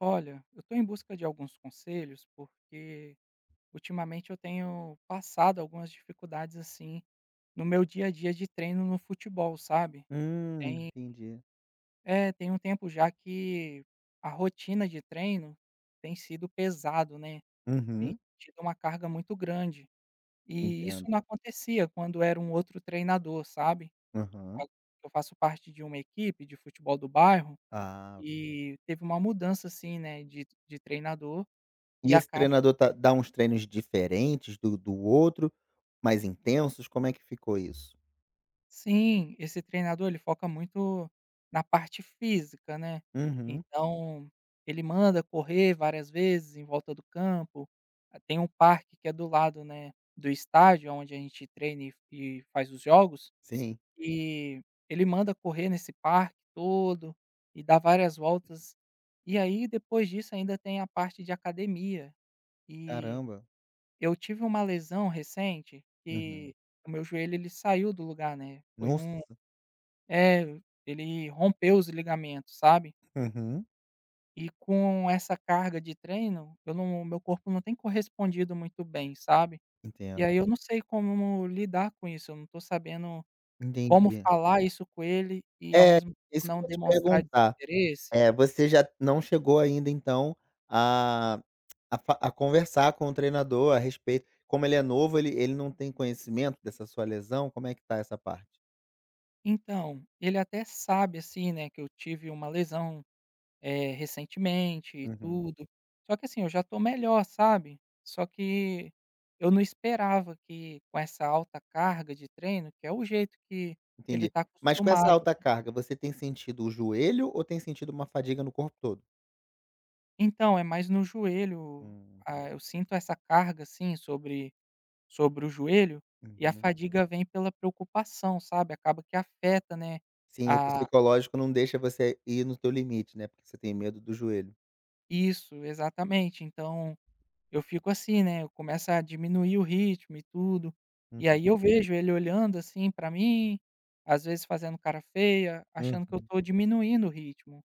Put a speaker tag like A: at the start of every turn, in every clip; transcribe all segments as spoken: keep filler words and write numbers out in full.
A: Olha, eu estou em busca de alguns conselhos, porque ultimamente eu tenho passado algumas dificuldades assim no meu dia a dia de treino no futebol, sabe?
B: Hum,
A: Tem,
B: entendi.
A: é, tem um tempo já que a rotina de treino tem sido pesado, né? Tem
B: Uhum,
A: tido uma carga muito grande. E isso
B: entendo.
A: não acontecia quando era um outro treinador, sabe? A-
B: Aham.
A: Eu faço parte de uma equipe de futebol do bairro
B: Ah,
A: e teve uma mudança assim, né, de, de treinador e
B: e esse
A: acaba.
B: treinador tá dá uns treinos diferentes do do outro, mais intensos, como é que ficou isso?
A: Sim, esse treinador ele foca muito na parte física, né.
B: Uhum,
A: Então, ele manda correr várias vezes em volta do campo. Ah, tem um parque que é do lado, né, do estádio onde a gente treina e e faz os jogos,
B: sim.
A: e ele manda correr nesse parque todo e dá várias voltas. E aí depois disso ainda tem a parte de academia. E
B: Caramba.
A: eu tive uma lesão recente
B: Uhum.
A: que o meu joelho ele saiu do lugar, né, foi um
B: Nossa.
A: é, ele rompeu os ligamentos, sabe.
B: Uhum,
A: E com essa carga de treino, eu não meu corpo não tem correspondido muito bem, sabe. E
B: entendo.
A: aí eu não sei como lidar com isso, eu não tô sabendo como
B: Entendi.
A: falar isso com ele e ao
B: É,
A: mesmo tempo
B: isso que
A: não
B: eu ia te
A: demonstrar
B: perguntar.
A: desinteresse.
B: é você já não chegou ainda então a a fa a conversar com o treinador a respeito, como ele é novo, ele ele não tem conhecimento dessa sua lesão, como é que tá essa parte?
A: Então, ele até sabe, assim, né, que eu tive uma lesão Eh, recentemente e
B: Uhum.
A: tudo. Só que assim, eu já estou melhor, sabe. Só que eu não esperava que com essa alta carga de treino, que é o jeito que que ele
B: Entendi.
A: está
B: Mas com essa
A: acostumado.
B: alta carga, você tem sentido o joelho ou tem sentido uma fadiga no corpo todo?
A: Então, é mais no joelho.
B: Hum,
A: Ah, eu
B: entendi.
A: sinto essa carga, assim, sobre sobre o joelho, e a
B: Uhum.
A: fadiga vem pela preocupação, sabe. Acaba que afeta, né,
B: Sim, o
A: a
B: psicológico não deixa você ir no teu limite, né, porque você tem medo do joelho.
A: isso, exatamente. Então, eu fico assim, né, eu começo a diminuir o ritmo e tudo, e aí
B: Uhum.
A: eu vejo ele olhando, assim, pra mim, às vezes fazendo cara feia, achando que eu
B: Uhum.
A: tô diminuindo o ritmo.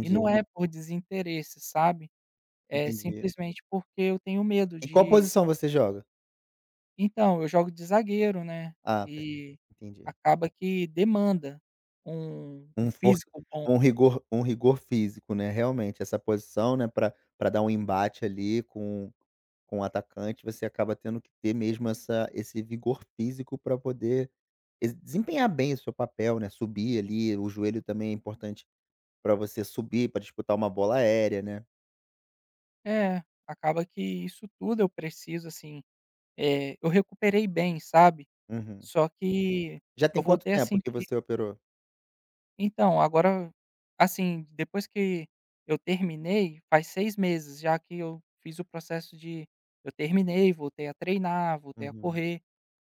A: E não é por desinteresse, sabe, é
B: entendi.
A: simplesmente porque eu tenho medo
B: E qual
A: de.
B: posição você joga?
A: Então, eu jogo de zagueiro, né,
B: Ah, pe
A: e
B: entendi.
A: acaba que demanda um um
B: Um força
A: físico bom.
B: um rigor um rigor físico, né, realmente essa posição, né, para pra dar um embate ali com com o atacante, você acaba tendo que ter mesmo essa esse vigor físico para poder ex desempenhar bem o seu papel, né, subir ali. O joelho também é importante para você subir, para disputar uma bola aérea, né.
A: É, acaba que isso tudo eu preciso, assim, eh, eu recuperei bem, sabe.
B: Uhum.
A: Só que
B: Já
A: eu
B: tem quanto
A: voltei a
B: tempo que
A: sentir.
B: você operou?
A: Então, agora, assim, depois que eu terminei, faz seis meses já que eu fiz o processo de. Eu terminei, voltei a treinar, voltei a
B: Uhum,
A: correr.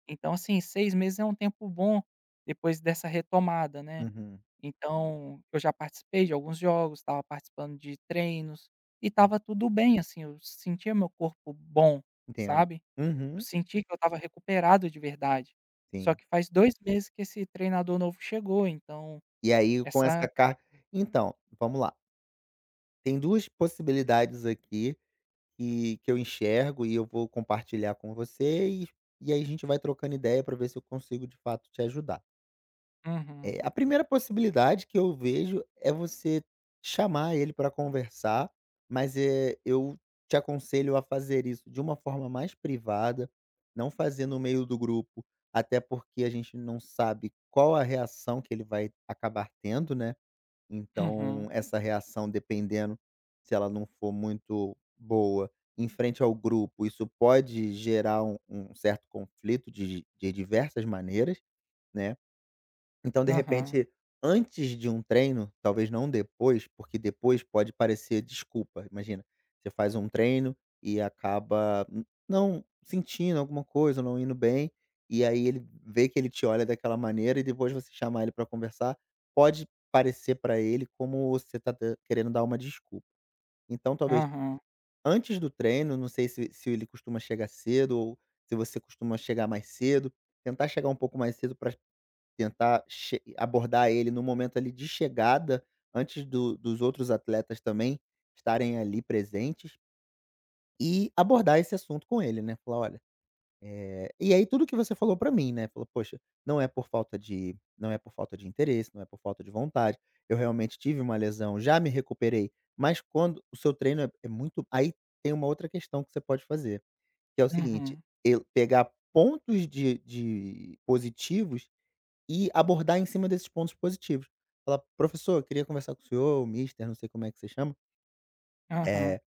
A: Então, assim, seis meses é um tempo bom depois dessa retomada, né.
B: uhum,
A: Então, eu já participei de alguns jogos, estava participando de treinos, e
B: hum,
A: estava tudo bem, assim, eu sentia meu corpo bom,
B: entendo.
A: sabe. Eu
B: Uhum,
A: senti que eu estava recuperado de verdade. Só
B: sim.
A: que faz dois meses que esse treinador novo chegou, então
B: E aí com
A: essa.
B: essa car então, vamos lá, tem duas possibilidades aqui que que eu enxergo, e eu vou compartilhar com você, e e aí a gente vai trocando ideia para ver se eu consigo de fato te ajudar.
A: Uhum,
B: Eh, a primeira possibilidade que eu vejo é você chamar ele para conversar, mas, eh, eu te aconselho a fazer isso de uma forma mais privada, não fazer no meio do grupo, até porque a gente não sabe qual a reação que ele vai acabar tendo, né.
A: uhum,
B: Então essa reação, dependendo, se ela não for muito boa, em frente ao grupo, isso pode gerar um um certo conflito de de diversas maneiras, né. Então, de
A: aham,
B: repente, antes de um treino, talvez não depois, porque depois pode parecer desculpa. Imagina, você faz um treino e acaba n- não sentindo alguma coisa, não indo bem, e aí ele vê que ele te olha daquela maneira e depois você chamar ele para conversar, pode parecer para ele como você tá da- querendo dar uma desculpa. Então, talvez
A: aham,
B: antes do treino, não sei se, se ele costuma chegar cedo ou se você costuma chegar mais cedo, tentar chegar um pouco mais cedo. Tentar che abordar ele no momento ali de chegada, antes do dos outros atletas também estarem ali presentes, e abordar esse assunto com ele, né, falar: "Olha", eh, e aí tudo que você falou pra mim, né, falou: "Poxa, não é por falta de não é por falta de interesse, não é por falta de vontade, eu realmente tive uma lesão, já me recuperei, mas quando o seu treino é é muito". Aí tem uma outra questão que você pode fazer, que é o seguinte:
A: uhum,
B: eu pegar pontos de de positivos e abordar em cima desses pontos positivos. Falar: "Professor, eu queria conversar com o senhor, o mister", não sei como é que você chama,
A: aham,
B: eh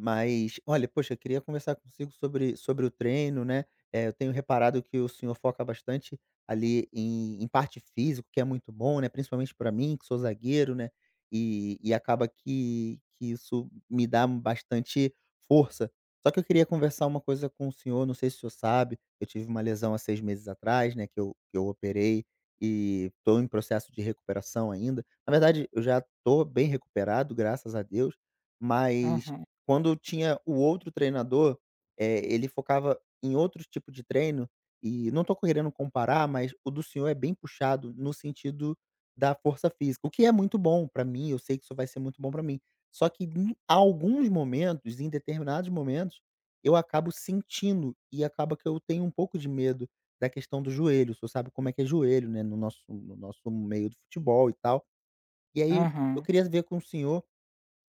B: mas, olha, poxa, eu queria conversar consigo sobre, sobre o treino, né? Eh, eu tenho reparado que o senhor foca bastante ali em, em parte físico, que é muito bom, né? Principalmente para mim, que sou zagueiro, né? E, e acaba que, que isso me dá bastante força. Só que eu queria conversar uma coisa com o senhor, não sei se o senhor sabe, eu tive uma lesão há seis meses atrás, né? Que eu, que eu operei e estou em processo de recuperação ainda. Na verdade, eu já estou bem recuperado, graças a Deus, mas
A: aham,
B: quando tinha o outro treinador, eh, ele focava em outro tipo de treino, e não tô querendo comparar, mas o do senhor é bem puxado no sentido da força física, o que é muito bom pra mim, eu sei que isso vai ser muito bom pra mim. Só que em alguns momentos, em determinados momentos, eu acabo sentindo, e acaba que eu tenho um pouco de medo da questão do joelho. O senhor sabe como é que é joelho, né, no nosso no nosso meio do futebol e tal. E aí eu
A: aham,
B: queria ver com o senhor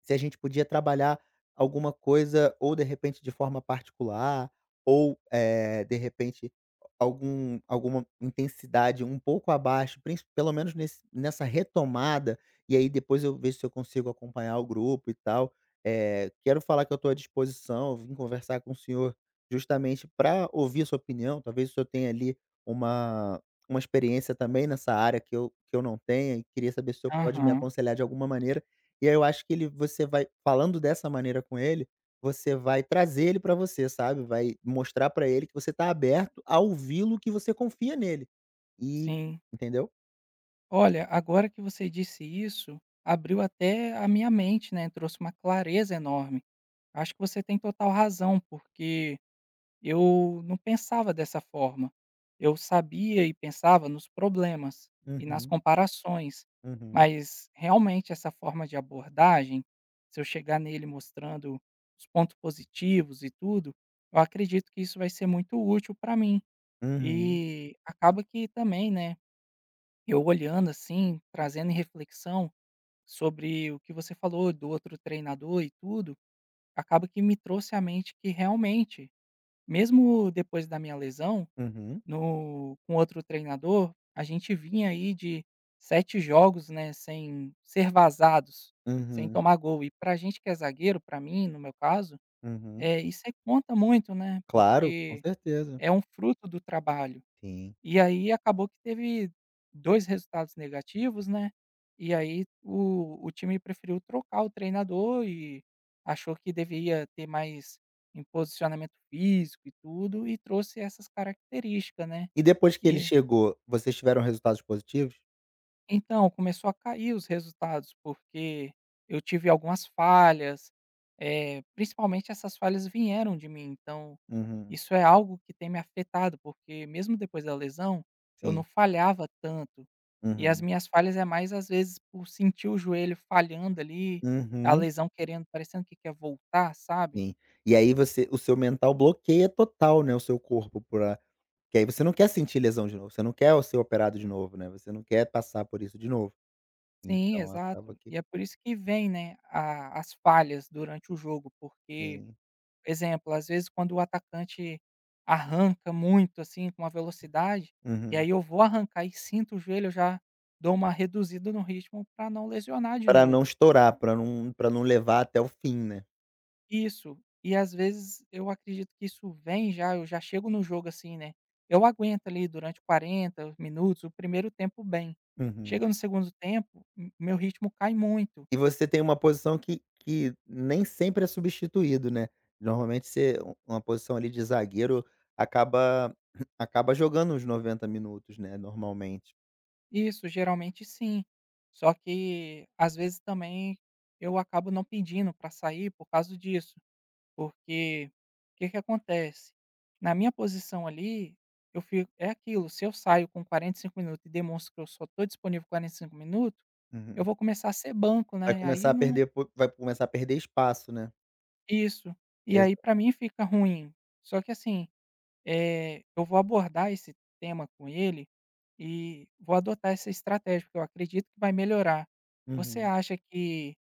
B: se a gente podia trabalhar alguma coisa ou de repente de forma particular, ou, eh, de repente algum alguma intensidade um pouco abaixo, princi pelo menos nesse nessa retomada, e aí depois eu vejo se eu consigo acompanhar o grupo e tal. Eh, quero falar que eu estou à disposição, vim conversar com o senhor justamente para ouvir a sua opinião. Talvez o senhor tenha ali uma uma experiência também nessa área que eu que eu não tenha, e queria saber se o senhor pode me
A: aham,
B: aconselhar de alguma maneira. E aí eu acho que ele você vai falando dessa maneira com ele, você vai trazer ele pra você, sabe, vai mostrar pra ele que você tá aberto a ouvi-lo, que você confia nele. E
A: sim.
B: entendeu?
A: Olha, agora que você disse isso, abriu até a minha mente, né, trouxe uma clareza enorme. Acho que você tem total razão, porque eu não pensava dessa forma. Eu sabia e pensava nos problemas e nas, uhum,
B: Uhum,
A: comparações,
B: uhum,
A: mas realmente essa forma de abordagem, se eu chegar nele mostrando os pontos positivos e tudo, eu acredito que isso vai ser muito útil para mim.
B: uhum,
A: E acaba que também, né, eu olhando assim, trazendo em reflexão sobre o que você falou do outro treinador e tudo, acaba que me trouxe à mente que realmente, mesmo depois da minha lesão,
B: uhum,
A: no com outro treinador, a gente vinha aí de sete jogos, né, sem ser vazados, sem
B: uhum,
A: tomar gol. E pra gente que é zagueiro, pra mim, no meu caso,
B: uhum.
A: eh, isso aí conta muito, né,
B: Claro, com
A: porque
B: certeza.
A: é um fruto do trabalho.
B: Sim.
A: E aí acabou que teve dois resultados negativos, né, e aí o o time preferiu trocar o treinador e achou que deveria ter mais em posicionamento físico e tudo, e trouxe essas características, né,
B: E depois que ele
A: e
B: chegou, vocês tiveram resultados positivos?
A: então, começou a cair os resultados, porque eu tive algumas falhas, eh, principalmente essas falhas vieram de mim, então
B: Uhum,
A: isso é algo que tem me afetado, porque mesmo depois da lesão, eu não
B: sim.
A: falhava tanto. E as
B: Uhum,
A: minhas falhas é mais, às vezes, por sentir o joelho falhando ali, a
B: uhum,
A: lesão querendo parecendo que quer voltar, sabe.
B: sim. E aí você o seu mental bloqueia total, né, o seu corpo, pra... Que aí você não quer sentir lesão de novo, você não quer ser operado de novo, né, você não quer passar por isso de novo.
A: Sim,
B: Então acaba
A: exato.
B: que
A: E é por isso que vem, né, a as falhas durante o jogo, porque
B: sim.
A: exemplo, às vezes quando o atacante arranca muito, assim, com uma velocidade, e
B: Uhum.
A: aí eu vou arrancar e sinto o joelho, eu já dou uma reduzida no ritmo para não lesionar de
B: Pra não
A: novo.
B: estourar, para não para não levar até o fim, né.
A: Isso. E às vezes eu acredito que isso vem já, eu já chego no jogo assim, né, eu aguento ali durante quarenta minutos, o primeiro tempo bem.
B: Uhum.
A: Chega no segundo tempo, m meu ritmo cai muito.
B: E você tem uma posição que que nem sempre é substituído, né. Normalmente você um- uma posição ali de zagueiro acaba acaba jogando uns noventa minutos, né, normalmente.
A: Isso, geralmente sim. Só que às vezes também eu acabo não pedindo para sair por causa disso. Porque, o que que acontece? Na minha posição ali, eu fico é aquilo, se eu saio com quarenta e cinco minutos e demonstro que eu só tô disponível quarenta e cinco minutos, eu
B: Uhum.
A: vou começar a ser banco,
B: Vai
A: né,
B: começar
A: aí
B: a
A: não.
B: perder po vai começar a perder espaço, né?
A: Isso. E aí
B: Exa
A: para mim fica ruim. Só que assim, eh, eu vou abordar esse tema com ele e vou adotar essa estratégia, porque eu acredito que vai melhorar. Você
B: Uhum.
A: acha que.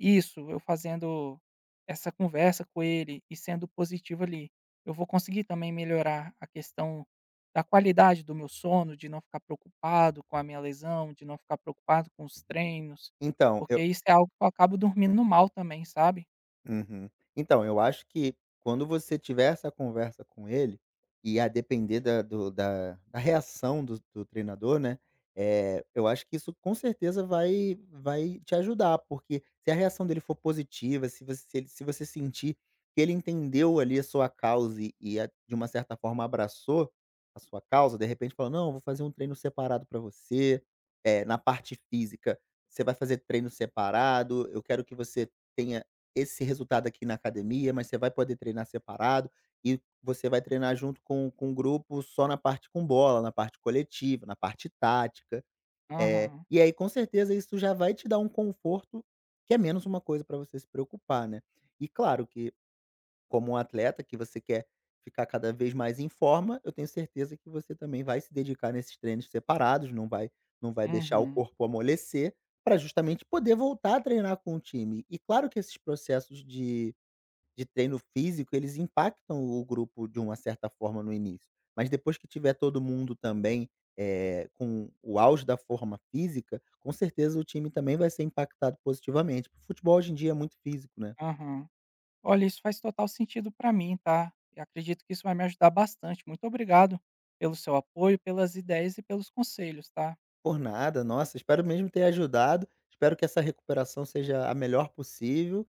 A: Isso, eu fazendo essa conversa com ele e sendo positivo ali, eu vou conseguir também melhorar a questão da qualidade do meu sono, de não ficar preocupado com a minha lesão, de não ficar preocupado com os treinos,
B: Então,
A: porque
B: eu
A: isso é algo que eu acabo dormindo mal também, sabe.
B: Uhum. Então, eu acho que quando você tiver essa conversa com ele, e a depender da, do- da, da reação do, do treinador, né? É, eu acho que isso com certeza vai, vai te ajudar, porque se a reação dele for positiva, se você, se ele- se você sentir que ele entendeu ali a sua causa, e, e a- de uma certa forma abraçou a sua causa, de repente falou: "Não, eu vou fazer um treino separado para você, é, na parte física. Você vai fazer treino separado, eu quero que você tenha esse resultado aqui na academia, mas você vai poder treinar separado e você vai treinar junto com, com o grupo só na parte com bola, na parte coletiva, na parte tática." Eh,
A: Aham,
B: e aí, com certeza, isso já vai te dar um conforto, que é menos uma coisa para você se preocupar, né? E claro que, como um atleta que você quer ficar cada vez mais em forma, eu tenho certeza que você também vai se dedicar nesses treinos separados, não vai não vai deixar o
A: uhum,
B: corpo amolecer, para justamente poder voltar a treinar com o time. E claro que esses processos de de treino físico, eles impactam o grupo de uma certa forma no início, mas depois que tiver todo mundo também, eh, com o auge da forma física, com certeza o time também vai ser impactado positivamente. O futebol hoje em dia é muito físico, né.
A: aham. Olha, isso faz total sentido para mim, tá. Eu acredito que isso vai me ajudar bastante. Muito obrigado pelo seu apoio, pelas ideias e pelos conselhos, tá.
B: Por nada. Nossa, espero mesmo ter ajudado. Espero que essa recuperação seja a melhor possível.